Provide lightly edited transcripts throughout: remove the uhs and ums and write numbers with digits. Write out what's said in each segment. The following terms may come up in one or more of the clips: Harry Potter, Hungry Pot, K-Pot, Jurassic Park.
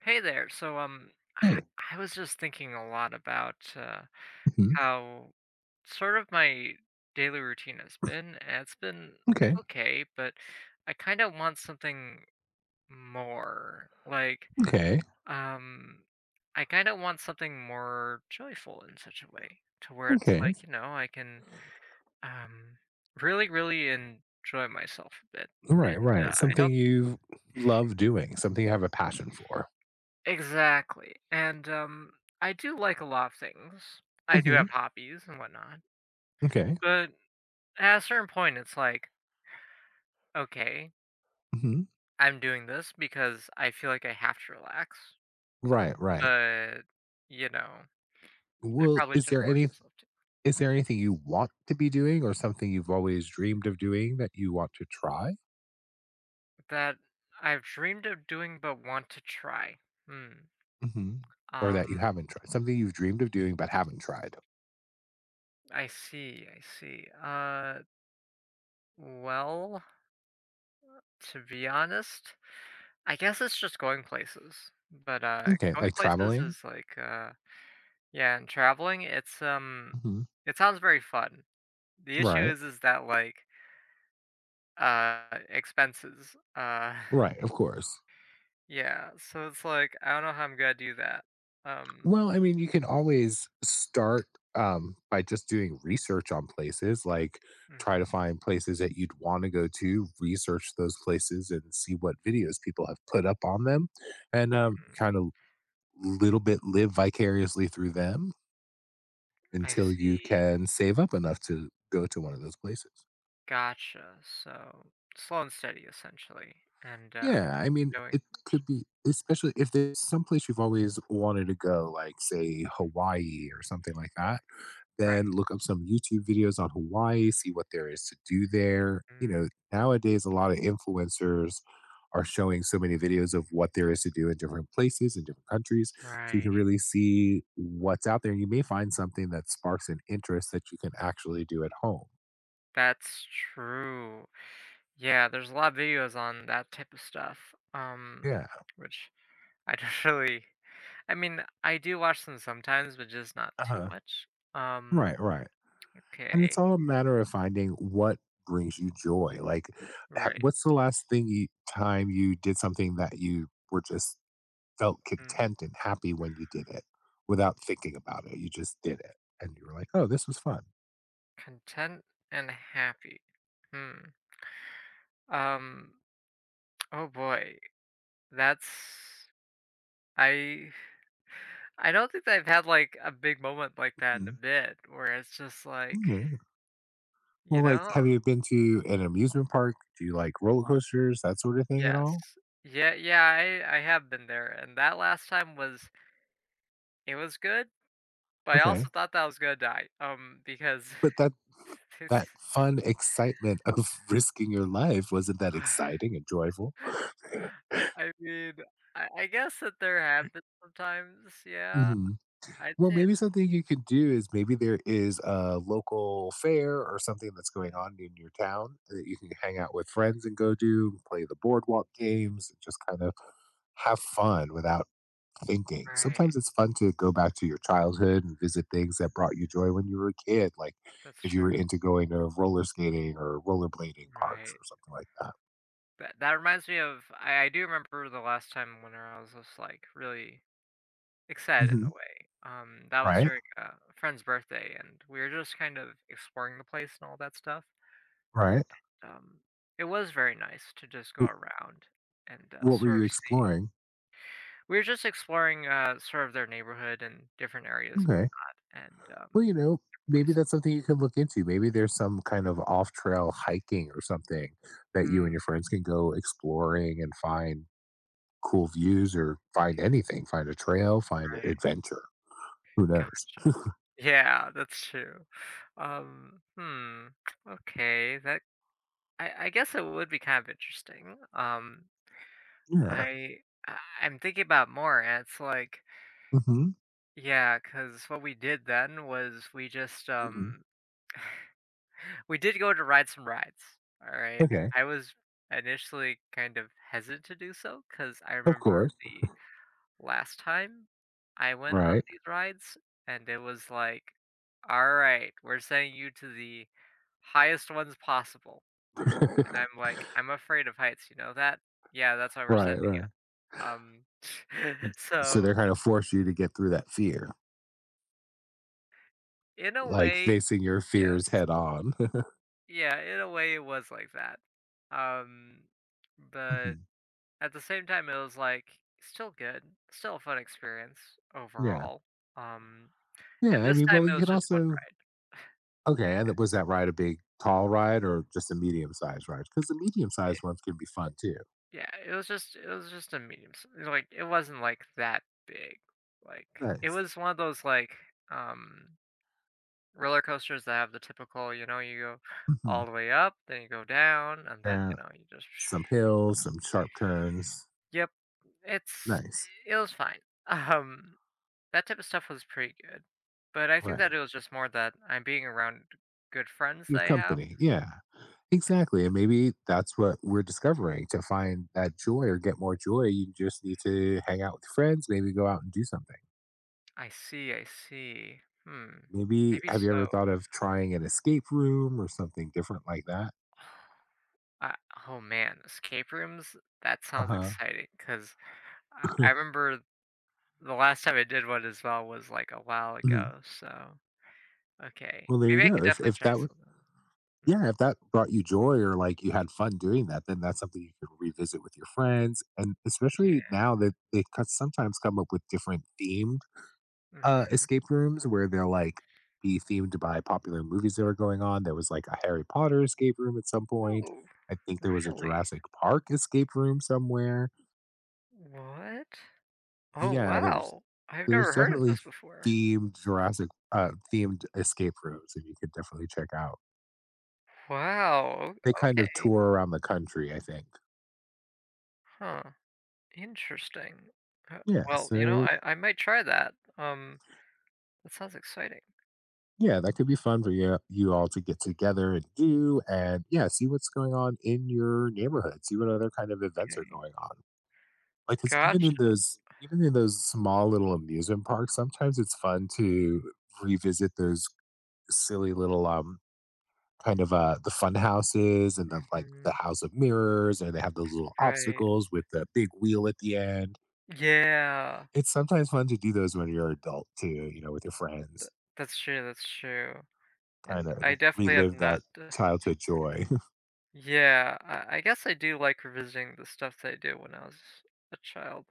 Hey there. So, um, Right. I I was just thinking a lot about Mhm. how sort of my daily routine has been, and it's been Okay. okay, but I kind of want something more. Like, Okay. um, I kind of want something more joyful in such a way to where it's Okay. like, I can um really, really enjoy myself a bit. Right. And Right. I Something don't. you love doing, something you have a passion for. Exactly, and I do like a lot of things. I do Hmm. have hobbies and whatnot, Okay. but at a certain point, it's like, "Okay, Hmm. I'm doing this because I feel like I have to relax, Right. Right. but, you know, I Well, probably is shouldn't there force any myself to." is there anything you want to be doing, or something you've always dreamed of doing that you want to try, That I've dreamed of doing but want to try. Hmm, hmm, or um, that you haven't tried? Something you've dreamed of doing but haven't tried. I see, I see. Well, to be honest, I guess it's just going places, but, Okay, going like places traveling. is like, yeah, and traveling, it's Hmm. it sounds very fun. The issue Right. Is that, like, expenses, Right. Of course. yeah, so it's like, I don't know how I'm gonna do that. Um, Well, I mean, you can always start by just doing research on places, like try mhm, to find places that you'd want to go to, research those places and see what videos people have put up on them, and kind of little bit live vicariously through them I until you see, can save up enough to go to one of those places. gotcha, so slow and steady, essentially, and Yeah, I mean, knowing it could be, especially if there's some place you've always wanted to go, like, say, mm, Hawaii or something like that, right, then look up some YouTube videos on Hawaii, see what there is to do there. You mm, know, nowadays, a lot of influencers are showing so many videos of what there is to do in different places in different countries. So you right, can really see what's out there. You may find something that sparks an interest that you can actually do at home. that's true. Yeah, there's a lot of videos on that type of stuff, Yeah. which I don't really I mean, I do watch them sometimes, but just not Uh too huh. much. Um, Right. Right. And it's okay, all a matter of finding what brings you joy. Like, right. what's the last time you did something that you were just felt Mm, content and happy when you did it without thinking about it. You just did it. And you were like, oh, this was fun. content and happy. Hmm. Um, oh boy. That's I I don't think I've had like a big moment like that in a Mhm. bit where it's just like, Okay. Well, you like, have know, you been to an amusement park? Do you like roller coasters, that sort of thing at yes. all? Yeah, yeah, I have been there and that last time was it was good, but I Okay. also thought that I was gonna die. Because But that, it's that fun excitement of risking your life wasn't that exciting and joyful. I mean, I guess that there have been sometimes, yeah. Hmm. I'd Well, say maybe something you could do is maybe there is a local fair or something that's going mhm. on in your town that you can hang out with friends and go do, play the boardwalk games, and just kind of have fun without thinking. Right. Sometimes it's fun to go back to your childhood and visit things that brought you joy when you were a kid, like That's if you were true. into going to roller skating or rollerblading parks Right. or something like that. That that reminds me of I do remember the last time when I was just like really excited in Hmm. a way. That was Right, during a friend's birthday, and we were just kind of exploring the place and all that stuff. right. Um, it was very nice to just go Wh- around and What were sort you of see. exploring? We were just exploring, sort of their neighborhood and different areas and Okay. whatnot, and Well, you know, maybe places. that's something you can look into. Maybe there's some kind of off trail hiking or something that you and Mm, your friends can go exploring and find cool views or find anything, find a trail, find right, adventure. Who knows? gotcha. Yeah, that's true. Um, hmm, okay, that I guess it would be kind of interesting. Yeah. I I I'm thinking about more, and it's like, Hmm. yeah, because what we did then was we just, Mhm. um we did go to ride some rides, alright? Okay. I was initially kind of hesitant to do so because I Of remembered course. the last time I went on Right. these rides, and it was like, "Alright, we're sending you to the highest ones possible," Right, and I'm like, "I'm afraid of heights, you know that? Yeah, that's why we're sending." right. Um, So they're so kind of force you to get through that fear, in a like way, facing your fears yes. head on. Yeah, in a way, it was like that. Um, but Mhm. at the same time, it was like still good, still a fun experience Yeah. overall. Um, Yeah. and I this mean, time it was just one okay. And was that ride a big, tall ride or just a medium sized ride? Because the medium sized movie. ones can be fun too. Yeah, it was just a medium. Like it wasn't like that big. Like it Nice. was one of those like um roller coasters that have the typical, you go Hmm. all the way up, then you go down, and then Yeah. you know you just Some hills, some sharp turns. yep. It's Nice. it was fine. Um, that type of stuff was pretty good, but I think that Right. it was just more that I'm being around good friends Your that I have. company, yeah. Exactly, and maybe that's what we're discovering to find that joy or get more joy, you just need to hang out with friends, maybe go out and do something. I see, I see. Hmm. Maybe Maybe have you ever so. thought of trying an escape room or something different like that? I, oh man, escape rooms? That sounds Uh-huh. exciting because I remember the last time I did one as well was like a while ago. So, okay. Well, there you Maybe I could go. Definitely If try that would something. Mm, yeah, if that brought you joy or like you had fun doing that, then that's something you can revisit with your friends. And especially yeah. now that they cut sometimes come up with different themes. Hmm. Escape rooms where they'll, like, be themed by popular movies that are going on. There was, like, a Harry Potter escape room at some point. Oh, I think there was a really? Jurassic Park escape room somewhere. What? Oh, Yeah, there's wow. I've there's never heard of definitely this before. themed Jurassic themed escape rooms that you could definitely check out. Wow. They kind of Okay. tour around the country, I think. Huh, interesting. Uh, Yeah, well, you know, so, I might try that. That sounds exciting. yeah, that could be fun for you all to get together and do, and, yeah, see what's going on in your neighborhood, see what other kind of events are Okay. going on. Like, cause even in Gotcha. those small little amusement parks, sometimes it's fun to revisit those silly little, kind of, the fun houses and the, like, the Mhm. house of mirrors, and they have those little Right. obstacles with the big wheel at the end. Yeah. It's sometimes fun to do those when you're an adult too, you know, with your Th friends, that's true, that's true. And kinda I definitely have relive that not d childhood joy. yeah, I guess I do like revisiting the stuff that I did when I was a child.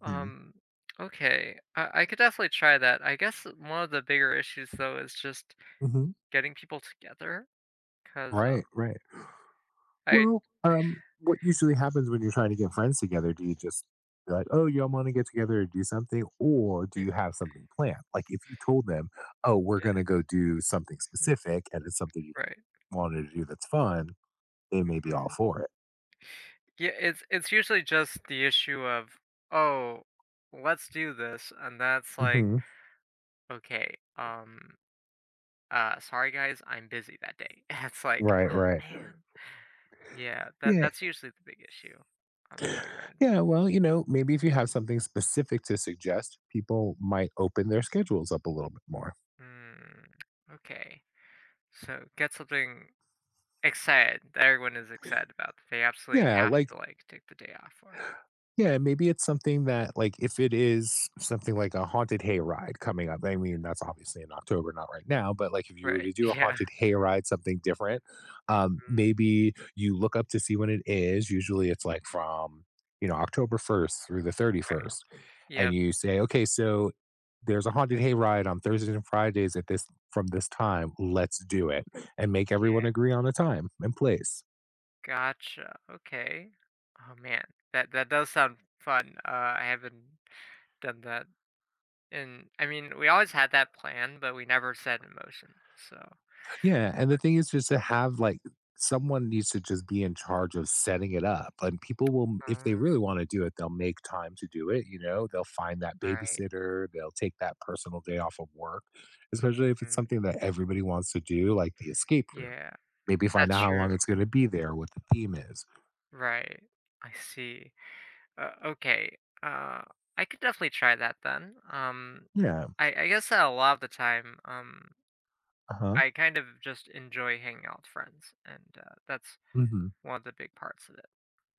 Um, okay, I could definitely try that. I guess one of the bigger issues, though, is just Mhm. getting people together 'cause, Right, right. I y- Well, what usually happens when you're trying to get friends together, do you just be like, oh, y'all want to get together and do something? Or do yeah, you have something planned? Like if you told them, oh, we're going to go do something yeah, mm, specific and it's something you right, wanted to do that's fun, they may be all mm. for it. Yeah, it's usually just the issue of, "Oh, let's do this," and that's like, Hmm. "Okay, sorry guys, I'm busy that day." it's like, Right, "Ah, right. man." Yeah, that Yeah. that's usually the big issue, that we run into. Yeah. Well, you know, maybe if you have something specific to suggest, people might open their schedules up a little bit more. Hmm, okay. So get something excited that everyone is excited about, that they absolutely Yeah. have Like, to, like, take the day off for. yeah, maybe it's something that, like, if it is something like a haunted hayride coming up, I mean, that's obviously in October, not right now, but like if you were Right, to do a yeah. haunted hayride, something different, Mhm, maybe you look up to see when it is. Usually it's like from, you know, October 1st through the right. 31st. And Yep. you say, okay, so there's a haunted hayride on Thursdays and Fridays at this from this time. Let's do it and make everyone Yeah. agree on a time and place. Gotcha, okay. Oh, man, that does sound fun, I haven't done that, and, I mean, we always had that plan, but we never set in motion, so Yeah, and the thing is just to have, like someone needs to just be in charge of setting it up, and people will if they oh, really wanna do it, they'll make time to do it, you know? They'll find that right, babysitter, they'll take that personal day off of work, especially if it's something mm, that everybody wants to do, like the escape room. yeah, Maybe find that's out how true, long it's gonna be there, what the theme is. right, I see. Okay, uh, I could definitely try that then, um, Yeah, I I guess that a lot of the time, uh-huh, I kind of just enjoy hanging out with friends, and that's mhm. one of the big parts of it.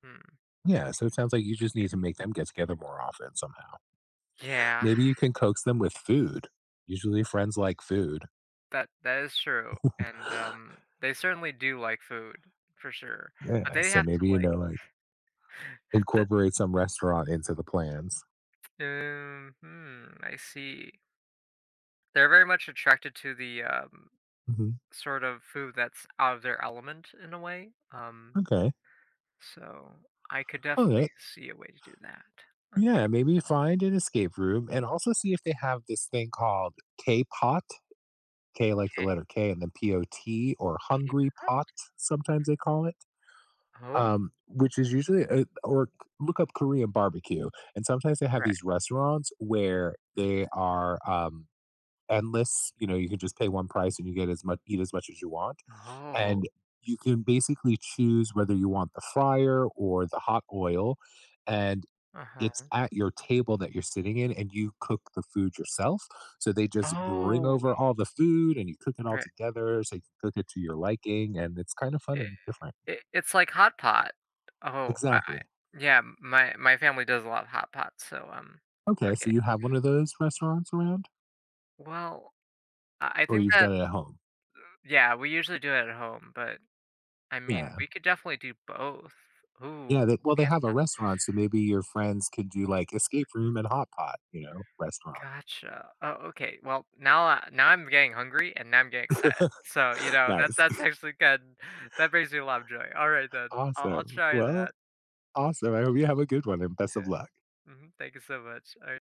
Mm, Yeah, so it sounds like you just need 'kay. to make them get together more often somehow. Yeah. Maybe you can coax them with food. Usually friends like food. That is true, and, they certainly do like food, for sure, but Yeah, they so have to, maybe, you know, like like, the incorporate some restaurant into the plans. I see. They're very much attracted to the, Mhm, sort of food that's out of their element in a way, okay. so I could definitely Okay. see a way to do that. Yeah, maybe find an escape room and also see if they have this thing called K-Pot, K like the Okay, letter K and then POT or keep Hungry pop Pot, sometimes they call it, oh, which is usually a or k look up Korean barbecue, and sometimes they have these right. restaurants where they Mhm. are, um, endless. You know, you can just pay one price and you get as much eat as much as you want. And Oh, you can basically choose whether you want the fryer or the hot oil. And it's uh-huh. at your table that you're sitting in and you cook the food yourself. So they just bring Oh, over all the food and you cook it all right, together. So you can cook it to your liking and it's kind of fun yeah. and different. It it's like hot pot. Oh, I Exactly. yeah, my family does a lot of hot pot, so, Okay. So okay. you have one of those restaurants around Well, I or think you've that done it at home? yeah, we usually do it at home, but, I mean, Yeah. we could definitely do both. Ooh, Yeah, they we well, they have have a not restaurant, so maybe your friends could do, like, escape room and hot pot, you know, restaurant. gotcha. Oh, okay, well, now I'm getting hungry, and now I'm getting excited. So, you know, that's Nice. that's actually good. That brings me a lot of joy. Alright then, I'll Awesome. try Well, that. awesome. I hope you have a good one and best of Yeah. luck. Mhm, thank you so much. Alright.